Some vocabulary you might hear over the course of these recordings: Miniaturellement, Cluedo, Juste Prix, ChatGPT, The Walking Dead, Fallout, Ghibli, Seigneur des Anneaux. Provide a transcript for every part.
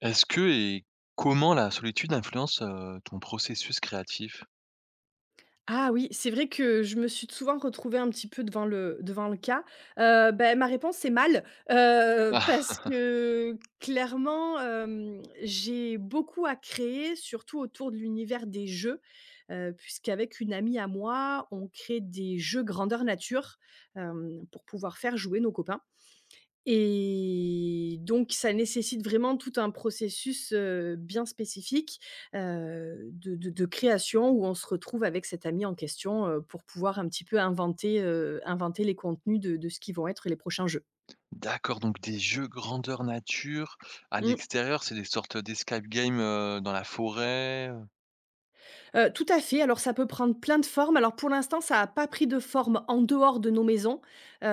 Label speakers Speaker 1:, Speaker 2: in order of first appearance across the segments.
Speaker 1: Est-ce que et comment la solitude influence, ton processus créatif?
Speaker 2: Ah oui, c'est vrai que je me suis souvent retrouvée un petit peu devant le cas. Ma réponse, c'est mal,
Speaker 1: Ah,
Speaker 2: parce que clairement, j'ai beaucoup à créer, surtout autour de l'univers des jeux, puisqu'avec une amie à moi, on crée des jeux grandeur nature, pour pouvoir faire jouer nos copains. Et donc ça nécessite vraiment tout un processus, bien spécifique, de création où on se retrouve avec cet ami en question, pour pouvoir un petit peu inventer, inventer les contenus de ce qui vont être les prochains jeux.
Speaker 1: d'accord, donc des jeux grandeur nature à
Speaker 2: Mmh.
Speaker 1: l'extérieur, c'est des sortes d'escape game, dans la forêt,
Speaker 2: Tout à fait, alors ça peut prendre plein de formes. Alors pour l'instant, ça n'a pas pris de forme en dehors de nos maisons. Heu,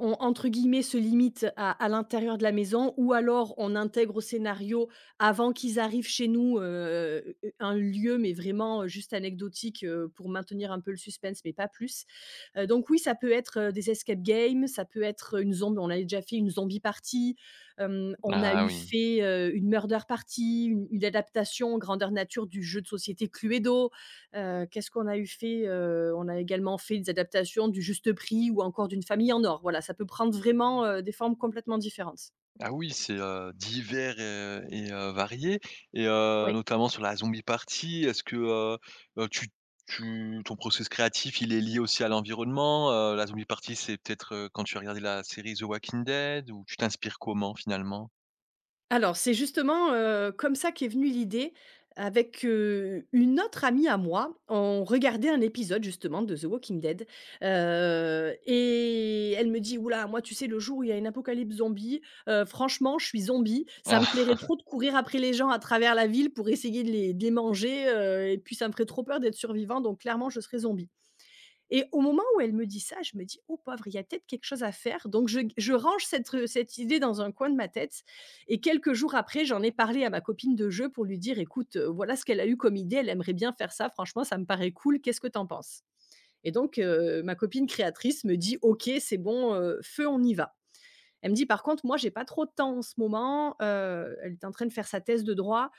Speaker 2: on entre guillemets «se limite» à l'intérieur de la maison ou alors on intègre au scénario avant qu'ils arrivent chez nous, un lieu mais vraiment, juste anecdotique, pour maintenir un peu le suspense mais pas plus. Donc oui, ça peut être, des escape games, ça peut être une zombie. On a déjà fait une zombie party, on a
Speaker 1: Ah
Speaker 2: eu
Speaker 1: oui.
Speaker 2: fait, une murder party, une adaptation grandeur nature du jeu de société Cluedo. Qu'est-ce qu'on a eu fait? On a également fait des adaptations du Juste Prix ou encore d'Une famille en or. Voilà, ça peut prendre vraiment, des formes complètement différentes.
Speaker 1: Ah oui, c'est, divers et varié et
Speaker 2: Oui.
Speaker 1: notamment sur la zombie party. Est-ce que, heu, tu tu ton processus créatif, il est lié aussi à l'environnement? La zombie party, c'est peut-être, quand tu as regardé la série The Walking Dead ou tu t'inspires comment finalement?
Speaker 2: Alors, c'est justement, comme ça qu'est venue l'idée avec, une autre amie à moi. On regardait un épisode justement de The Walking Dead, et elle me dit: "Oula, moi, tu sais, le jour où il y a une apocalypse zombie, franchement, je suis zombie. Ça me
Speaker 1: Ah,
Speaker 2: plairait trop de courir après les gens à travers la ville pour essayer de les manger, et puis ça me ferait trop peur d'être survivant, donc clairement, je serais zombie». Et au moment où elle me dit ça, je me dis: «Oh pauvre, il y a peut-être quelque chose à faire», donc je range cette, cette idée dans un coin de ma tête et quelques jours après, j'en ai parlé à ma copine de jeu pour lui dire: «Écoute, voilà ce qu'elle a eu comme idée, elle aimerait bien faire ça, franchement ça me paraît cool, qu'est-ce que t'en penses?» Et donc, ma copine créatrice me dit: «OK, c'est bon, feu, on y va». Elle me dit: «Par contre, moi, j'ai pas trop de temps en ce moment», elle est en train de faire sa thèse de droit,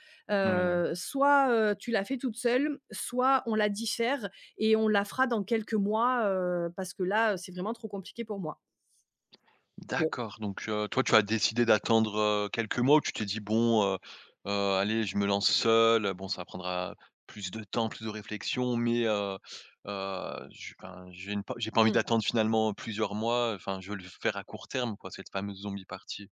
Speaker 1: oui.
Speaker 2: «soit, tu la fais toute seule, soit on la diffère et on la fera dans quelques mois, parce que là, c'est vraiment trop compliqué pour moi». Bon.
Speaker 1: D'accord, donc toi, tu as décidé d'attendre, quelques mois ou tu t'es dit: «Bon, heu, allez, je me lance seul, bon, ça prendra plus de temps, plus de réflexion, mais je enfin, j'ai une pas j'ai pas envie
Speaker 2: Mmh.
Speaker 1: d'attendre finalement plusieurs mois, enfin, je veux le faire à court terme, quoi, cette fameuse zombie party».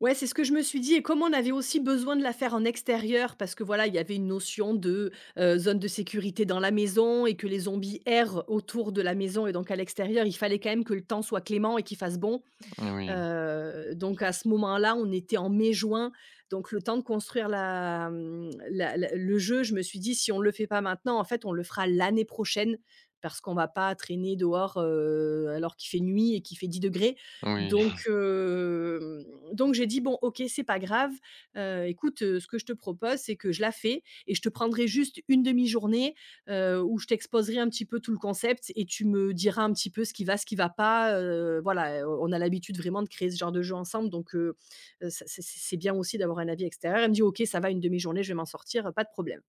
Speaker 2: Ouais, c'est ce que je me suis dit et comme on avait aussi besoin de la faire en extérieur parce que, voilà, il y avait une notion de, zone de sécurité dans la maison et que les zombies errent autour de la maison et donc à l'extérieur, il fallait quand même que le temps soit clément et qu'il fasse bon.
Speaker 1: Oui,
Speaker 2: Donc à ce moment-là, on était en mai-juin, donc le temps de construire la, le jeu, je me suis dit: «Si on le fait pas maintenant, en fait, on le fera l'année prochaine parce qu'on va pas traîner dehors, alors qu'il fait nuit et qu'il fait dix degrés.
Speaker 1: oui.
Speaker 2: donc hem, donc j'ai dit: «Bon, OK, c'est pas grave, écoute, ce que je te propose, c'est que je la fais et je te prendrai juste une demi journée, où je t'exposerai un petit peu tout le concept et tu me diras un petit peu ce qui va pas, voilà, on a l'habitude vraiment de créer ce genre de jeu ensemble donc ça c'est bien aussi d'avoir un avis extérieur. Elle me dit: «OK, ça va, une demi-journée, je vais m'en sortir, pas de problème».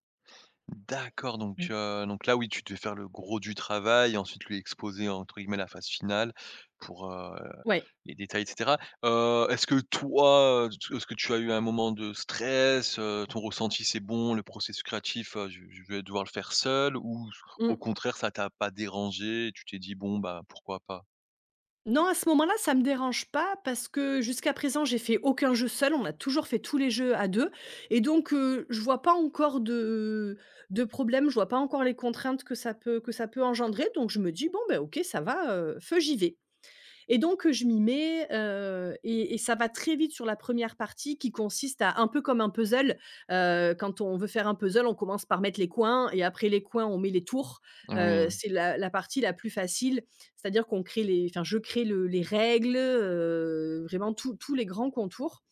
Speaker 1: D'accord,
Speaker 2: Mmh.
Speaker 1: donc là, oui, tu devais faire le gros du travail, ensuite lui exposer, entre guillemets, «la phase finale» pour,
Speaker 2: Ouais.
Speaker 1: les détails et cetera. Est-ce que toi, t est-ce que tu as eu un moment de stress, ton ressenti c'est bon, le processus créatif, je vais devoir le faire seul ou au
Speaker 2: Mmh.
Speaker 1: contraire ça t'a pas dérangé et tu t'es dit: «Bon, bah, pourquoi pas»?
Speaker 2: Non, à ce moment-là, ça me dérange pas parce que jusqu'à présent, j'ai fait aucun jeu seul. On a toujours fait tous les jeux à 2 et je vois pas encore de problème, je vois pas encore les contraintes que ça peut engendrer donc je me dis: «Bon, ben OK, ça va, feu, j'y vais». Et donc, je m'y mets, et ça va très vite sur la première partie qui consiste à un peu comme un puzzle, quand on veut faire un puzzle, on commence par mettre les coins et après les coins, on met les tours.
Speaker 1: Oui.
Speaker 2: C'est la partie la plus facile, c'est-à-dire qu'on je crée le les règles, vraiment tous les grands contours.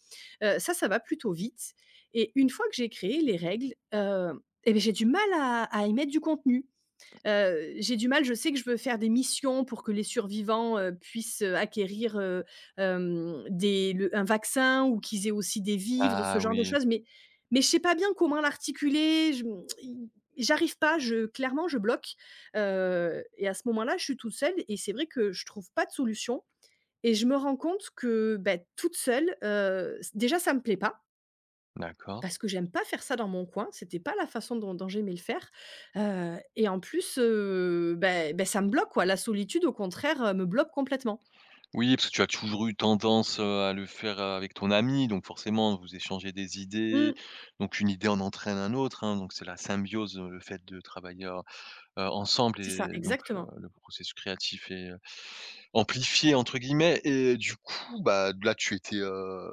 Speaker 2: Ça, ça va plutôt vite et une fois que j'ai créé les règles, j'ai du mal à y mettre du contenu. J'ai du mal, je sais que je veux faire des missions pour que les survivants, puissent, acquérir, hem, des le un vaccin ou qu'ils aient aussi des vivres, ce
Speaker 1: Ah
Speaker 2: genre de
Speaker 1: oui,
Speaker 2: choses, mais je sais pas bien comment l'articuler, j'arrive pas, je clairement je bloque, et à ce moment-là, je suis toute seule et c'est vrai que je trouve pas de solution et je me rends compte que, toute seule, déjà ça me plaît pas
Speaker 1: d'accord.
Speaker 2: parce que j'aime pas faire ça dans mon coin, c'était pas la façon dont j'aimais le faire, et en plus, ça me bloque quoi. La solitude au contraire, me bloque complètement.
Speaker 1: Oui, parce que tu as toujours eu tendance, à le faire, avec ton ami, donc forcément vous échangez des idées,
Speaker 2: Mmh,
Speaker 1: donc une idée en entraîne un autre, hein, donc c'est la symbiose, le fait de travailler, ensemble
Speaker 2: c'est
Speaker 1: et
Speaker 2: ça,
Speaker 1: donc
Speaker 2: exactement.
Speaker 1: le processus créatif est, «amplifié» entre guillemets et du coup, bah, là tu étais,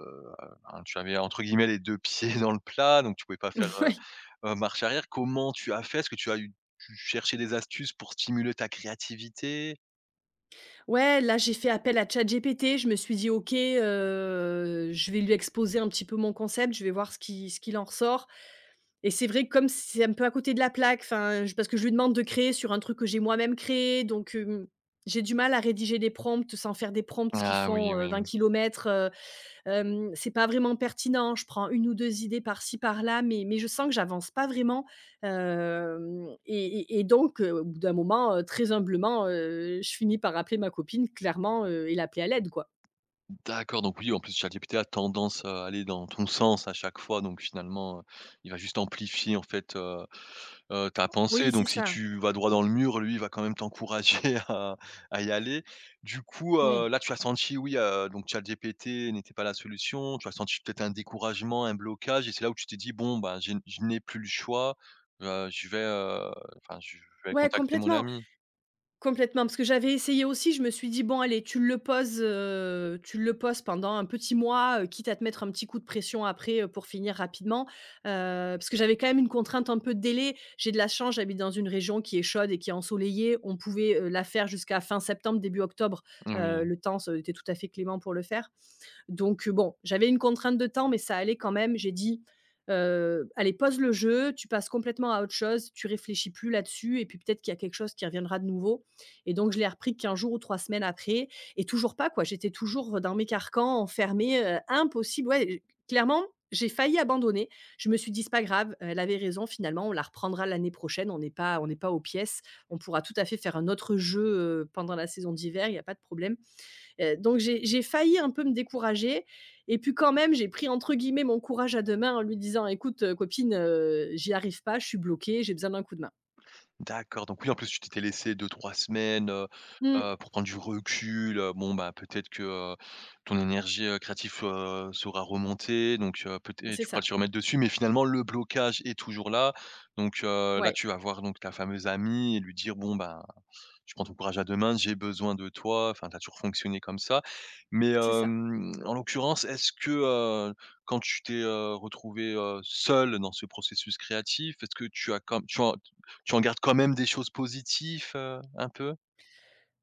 Speaker 1: ben, tu avais entre guillemets «les 2 pieds dans le plat», donc tu pouvais pas faire,
Speaker 2: Ouais.
Speaker 1: marche arrière. Comment tu as fait? Est-ce que tu as eu tu cherchais des astuces pour stimuler ta créativité?
Speaker 2: Ouais, là j'ai fait appel à ChatGPT, je me suis dit: «OK, je vais lui exposer un petit peu mon concept, je vais voir ce qu'il en ressort» et c'est vrai que comme c'est un peu à côté de la plaque, enfin, je parce que je lui demande de créer sur un truc que j'ai moi-même créé donc, j'ai du mal à rédiger des prompts sans faire des prompts qui
Speaker 1: Ah oui,
Speaker 2: font,
Speaker 1: oui.
Speaker 2: 20 kilomètres. C'est pas vraiment pertinent, je prends une ou 2 idées par-ci par-là, mais je sens que j'avance pas vraiment, hem et donc au bout d'un moment, très humblement, je finis par appeler ma copine clairement, et l'appeler à l'aide, quoi.
Speaker 1: D'accord, donc oui, en plus, ChatGPT a tendance à aller dans ton sens à chaque fois, donc finalement, il va juste amplifier, en fait, ta pensée,
Speaker 2: Oui, c'est
Speaker 1: donc si
Speaker 2: ça.
Speaker 1: tu vas droit dans le mur, lui, il va quand même t'encourager à à y aller. Du coup,
Speaker 2: Ouais.
Speaker 1: là, tu as senti, oui, donc ChatGPT n'était pas la solution, tu as senti peut-être un découragement, un blocage et c'est là où tu t'es dit: «Bon, ben, j'ai je n'ai plus le choix, je vais, enfin, je vais
Speaker 2: Ouais,
Speaker 1: contacter mon
Speaker 2: complètement.
Speaker 1: ami».
Speaker 2: Complètement, parce que j'avais essayé aussi, je me suis dit: «Bon allez, tu le poses pendant un petit mois, quitte à te mettre un petit coup de pression après, pour finir rapidement». Parce que j'avais quand même une contrainte un peu de délai. J'ai de la chance, j'habite dans une région qui est chaude et qui est ensoleillée. On pouvait, la faire jusqu'à fin septembre, début octobre,
Speaker 1: Oui.
Speaker 2: le temps se était tout à fait clément pour le faire. Donc bon, j'avais une contrainte de temps, mais ça allait quand même. J'ai dit, «Allez, pose le jeu, tu passes complètement à autre chose, tu réfléchis plus là-dessus et puis peut-être qu'il y a quelque chose qui reviendra de nouveau» et donc je l'ai repris qu'un jour ou 3 semaines après et toujours pas, quoi. J'étais toujours dans mes carcans, enfermée, impossible. Ouais, clairement, j'ai failli abandonner. Je me suis dit: «C'est pas grave, elle avait raison finalement, on la reprendra l'année prochaine, on n'est pas aux pièces, on pourra tout à fait faire un autre jeu, pendant la saison d'hiver, il y a pas de problème». Donc j'ai failli un peu me décourager et puis quand même, j'ai pris entre guillemets «mon courage à 2 mains» en lui disant: «Écoute, copine, j'y arrive pas, je suis bloquée, j'ai besoin d'un coup de main».
Speaker 1: D'accord, donc oui, en plus, tu t'étais laissé deux trois semaines,
Speaker 2: Mmh,
Speaker 1: pour prendre du recul, bon, bah, peut-être que, ton énergie, créative, sera remontée, donc peut être
Speaker 2: c'est
Speaker 1: tu pourras
Speaker 2: ça.
Speaker 1: te remettre dessus, mais finalement, le blocage est toujours là, donc là,
Speaker 2: Ouais,
Speaker 1: tu vas voir donc ta fameuse amie et lui dire: «Bon, ben» tu prends ton courage à 2 mains, j'ai besoin de toi, enfin, tu as toujours fonctionné comme ça. Mais,
Speaker 2: c'est ça.
Speaker 1: en l'occurrence, est-ce que, heu, quand tu t'es, retrouvée, seule dans ce processus créatif, est-ce que tu as quand tu en gardes quand même des choses positives, un peu?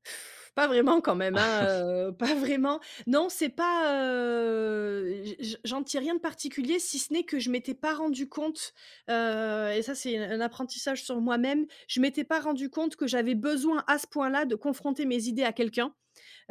Speaker 2: Pff, pas vraiment quand même, hein, pas vraiment. Non, c'est pas, j'en tire rien de particulier si ce n'est que je m'étais pas rendu compte, et ça c'est un apprentissage sur moi-même, je m'étais pas rendu compte que j'avais besoin à ce point-là de confronter mes idées à quelqu'un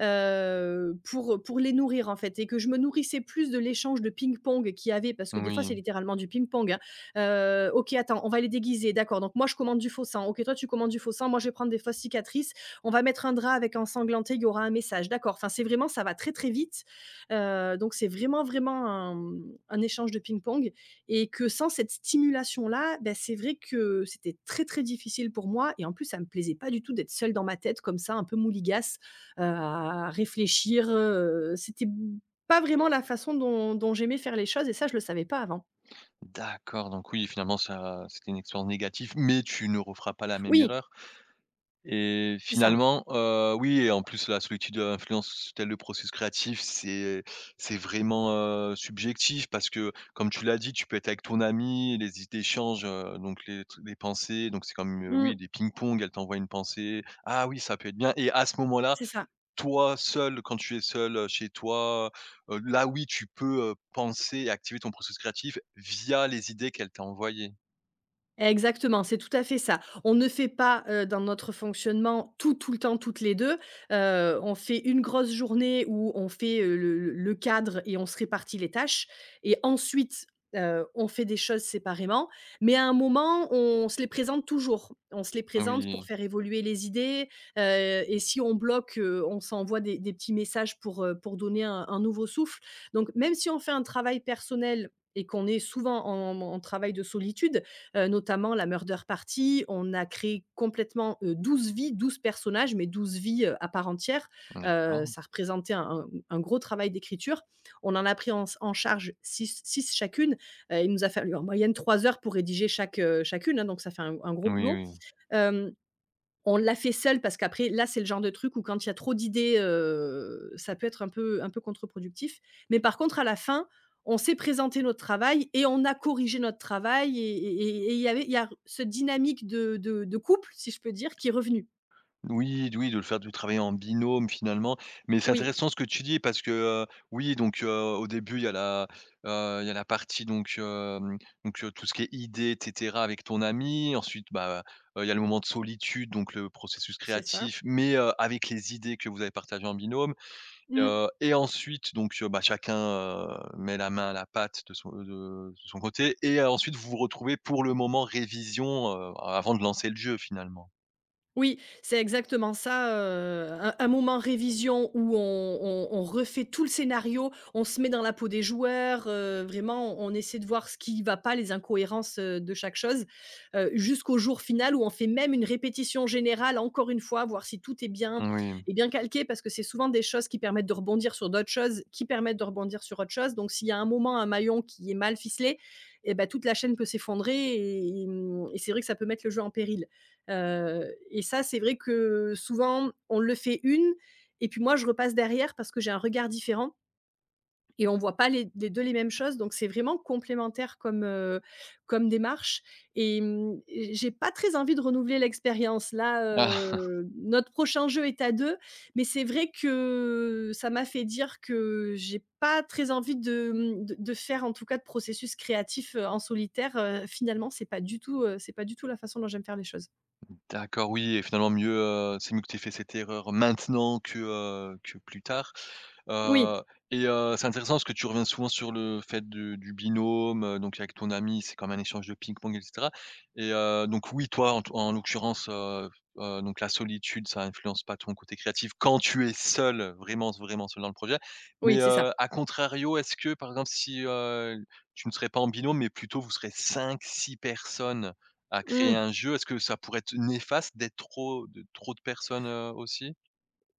Speaker 2: pour les nourrir, en fait et que je me nourrissais plus de l'échange de ping-pong qu'il y avait parce que des fois,
Speaker 1: Oui,
Speaker 2: c'est littéralement du ping-pong, hein. OK, attends, on va les déguiser, d'accord, donc moi, je commande du faux sang. OK, toi, tu commandes du faux sang, moi, je vais prendre des fausses cicatrices. On va mettre un drap avec un sanglanté il y aura un message, d'accord. Enfin, c'est vraiment ça va très, très vite, donc c'est vraiment, vraiment un, un échange de ping-pong et que sans cette stimulation-là, bah, c'est vrai que c'était très, très difficile pour moi et en plus, ça me plaisait pas du tout d'être seule dans ma tête comme ça, un peu mouligasse à réfléchir, c'était pas vraiment la façon dont j'aimais faire les choses et ça, je le savais pas avant.
Speaker 1: d'accord, donc oui, finalement ça c'était une expérience négative, mais tu ne referas pas la même
Speaker 2: Oui,
Speaker 1: erreur? Et
Speaker 2: c'est ça.
Speaker 1: finalement, oui et en plus la solitude, influence tel le processus créatif, c'est vraiment, subjectif parce que comme tu l'as dit, tu peux être avec ton ami, les idées changent, donc les pensées, donc c'est comme,
Speaker 2: Mmh,
Speaker 1: oui, des ping-pong, elle t'envoie une pensée: «Ah oui, ça peut être bien» et à ce moment-là,
Speaker 2: c'est ça.
Speaker 1: toi seul, quand tu es seul, chez toi, là oui, tu peux, penser et activer ton processus créatif via les idées qu'elle t'a envoyées.
Speaker 2: Exactement, c'est tout à fait ça. On ne fait pas, dans notre fonctionnement tout, tout le temps, toutes les 2. On fait une grosse journée où on fait, le cadre et on se répartit les tâches et ensuite, on fait des choses séparément, mais à un moment, on se les présente toujours. On se les présente pour
Speaker 1: Oui,
Speaker 2: faire évoluer les idées, et si on bloque, on s'envoie des petits messages pour donner un nouveau souffle. Donc même si on fait un travail personnel et qu'on est souvent en travail de solitude, notamment la murder party. On a créé complètement, 12 vies, 12 personnages, mais 12 vies, à part entière. Heu,
Speaker 1: d'accord.
Speaker 2: ça représentait un gros travail d'écriture. On en a pris en charge six 6 chacune. Il nous a fallu en moyenne 3 heures pour rédiger chaque, chacune, hein, donc ça fait un gros
Speaker 1: Oui,
Speaker 2: boulot.
Speaker 1: oui.
Speaker 2: Hem On l'a fait seul parce qu'après là, c'est le genre de truc où quand il y a trop d'idées, ça peut être un peu contre-productif. Mais par contre, à la fin, on s'est présenté notre travail et on a corrigé notre travail et il y a cette dynamique de couple, si je peux dire, qui est revenue.
Speaker 1: Oui, oui, de le faire de travailler en binôme finalement, mais c'est
Speaker 2: Oui,
Speaker 1: intéressant ce que tu dis parce que, oui donc, au début il y a la, il y a la partie donc, donc, tout ce qui est idée et cetera avec ton ami. Ensuite, bah, il y a le moment de solitude, donc le processus
Speaker 2: c'est ça.
Speaker 1: créatif, mais, avec les idées que vous avez partagées en binôme,
Speaker 2: Mmh.
Speaker 1: et ensuite donc, bah, chacun, met la main à la pâte de son, de son côté et ensuite vous vous retrouvez pour le moment révision, avant de lancer le jeu finalement.
Speaker 2: Oui, c'est exactement ça, un moment révision où on refait tout le scénario, on se met dans la peau des joueurs, vraiment on essaie de voir ce qui va pas, les incohérences, de chaque chose, jusqu'au jour final où on fait même une répétition générale encore une fois, voir si tout
Speaker 1: Moui.
Speaker 2: est bien calqué parce que c'est souvent des choses qui permettent de rebondir sur d'autres choses, qui permettent de rebondir sur autre chose. Donc s'il y a un moment, un maillon qui est mal ficelé et ben toute la chaîne peut s'effondrer et et c'est vrai que ça peut mettre le jeu en péril. Heu et ça, c'est vrai que souvent, on le fait une et puis moi, je repasse derrière parce que j'ai un regard différent et on voit pas les 2 les mêmes choses, donc c'est vraiment complémentaire comme, comme démarche et j'ai pas très envie de renouveler l'expérience. Là, notre prochain jeu est à 2, mais c'est vrai que ça m'a fait dire que j'ai pas très envie de, de faire, en tout cas, de processus créatif, en solitaire, finalement, c'est pas du tout, c'est pas du tout la façon dont j'aime faire les choses.
Speaker 1: D'accord, oui et finalement mieux, c'est mieux que tu aies fait cette erreur maintenant que plus tard.
Speaker 2: Oui.
Speaker 1: Heu et c'est intéressant parce que tu reviens souvent sur le fait de du binôme, donc avec ton ami, c'est comme un échange de ping-pong et cetera et donc oui, toi, en l'occurrence, donc la solitude, ça influence pas ton côté créatif quand tu es seul, vraiment, vraiment seul dans le projet.
Speaker 2: Oui,
Speaker 1: Mais
Speaker 2: c'est ça.
Speaker 1: à contrario, est-ce que, par exemple, si, tu ne serais pas en binôme, mais plutôt vous serez cinq, six personnes à créer
Speaker 2: Mmh.
Speaker 1: un jeu, est-ce que ça pourrait être néfaste d'être trop de personnes, aussi?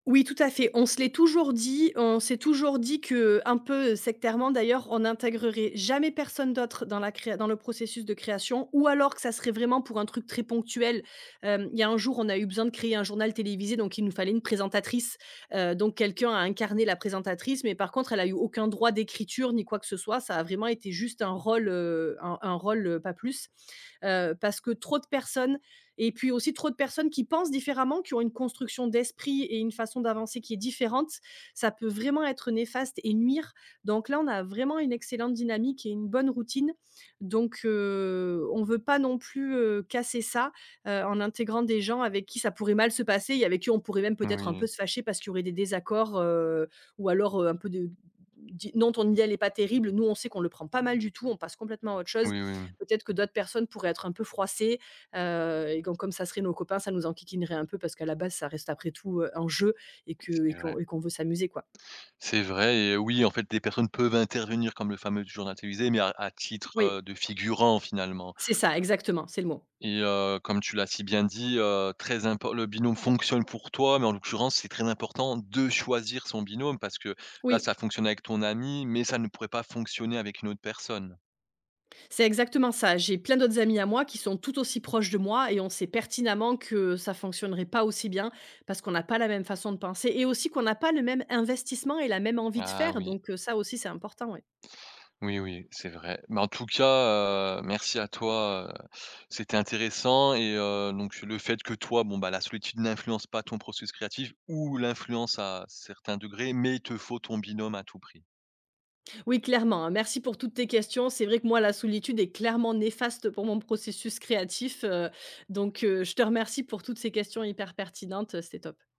Speaker 2: Oui, tout à fait. On se l'est toujours dit, on s'est toujours dit que, un peu sectairement d'ailleurs, on n'intégrerait jamais personne d'autre dans la créa dans le processus de création ou alors que ça serait vraiment pour un truc très ponctuel. Il y a un jour, on a eu besoin de créer un journal télévisé, donc il nous fallait une présentatrice, donc quelqu'un a incarné la présentatrice, mais par contre, elle a eu aucun droit d'écriture ni quoi que ce soit. Ça a vraiment été juste un rôle, un rôle, pas plus. Euh, parce que trop de personnes, et puis aussi trop de personnes qui pensent différemment, qui ont une construction d'esprit et une façon d'avancer qui est différente, ça peut vraiment être néfaste et nuire. Donc là, on a vraiment une excellente dynamique et une bonne routine. Donc, on ne veut pas non plus casser ça en intégrant des gens avec qui ça pourrait mal se passer et avec qui on pourrait même peut-être un
Speaker 1: Oui,
Speaker 2: peu se fâcher parce qu'il y aurait des désaccords ou alors un peu de non, ton idéal n'est pas terrible. Nous, on sait qu'on le prend pas mal du tout, on passe complètement à autre chose.
Speaker 1: oui, oui,
Speaker 2: Peut-être que d'autres personnes pourraient être un peu froissées, et donc comme ça serait nos copains, ça nous enquiquinerait un peu parce qu'à la base, ça reste après tout, un jeu et que
Speaker 1: c'est vrai.
Speaker 2: et qu'on veut s'amuser, quoi.
Speaker 1: C'est vrai et oui, en fait, des personnes peuvent intervenir comme le fameux du journal télévisé, mais à titre,
Speaker 2: Oui,
Speaker 1: de figurant finalement
Speaker 2: c'est ça, exactement, c'est le mot.
Speaker 1: et comme tu l'as si bien dit, très impor le binôme fonctionne pour toi, mais en l'occurrence, c'est très important de choisir son binôme parce que là,
Speaker 2: Oui,
Speaker 1: ça fonctionne avec ton ami, mais ça ne pourrait pas fonctionner avec une autre personne.
Speaker 2: c'est exactement ça. J'ai plein d'autres amis à moi qui sont tout aussi proches de moi et on sait pertinemment que ça fonctionnerait pas aussi bien parce qu'on n'a pas la même façon de penser et aussi qu'on n'a pas le même investissement et la même envie de
Speaker 1: Ah
Speaker 2: faire
Speaker 1: oui.
Speaker 2: donc, ça aussi, c'est important, ouais.
Speaker 1: Oui, oui, c'est vrai. Mais en tout cas, merci à toi, c'était intéressant et donc le fait que toi, bon, bah, la solitude n'influence pas ton processus créatif ou l'influence à certains degrés, mais il te faut ton binôme à tout prix.
Speaker 2: Oui, clairement, hein. Merci pour toutes tes questions. C'est vrai que moi, la solitude est clairement néfaste pour mon processus créatif, donc je te remercie pour toutes ces questions hyper pertinentes, c'était top.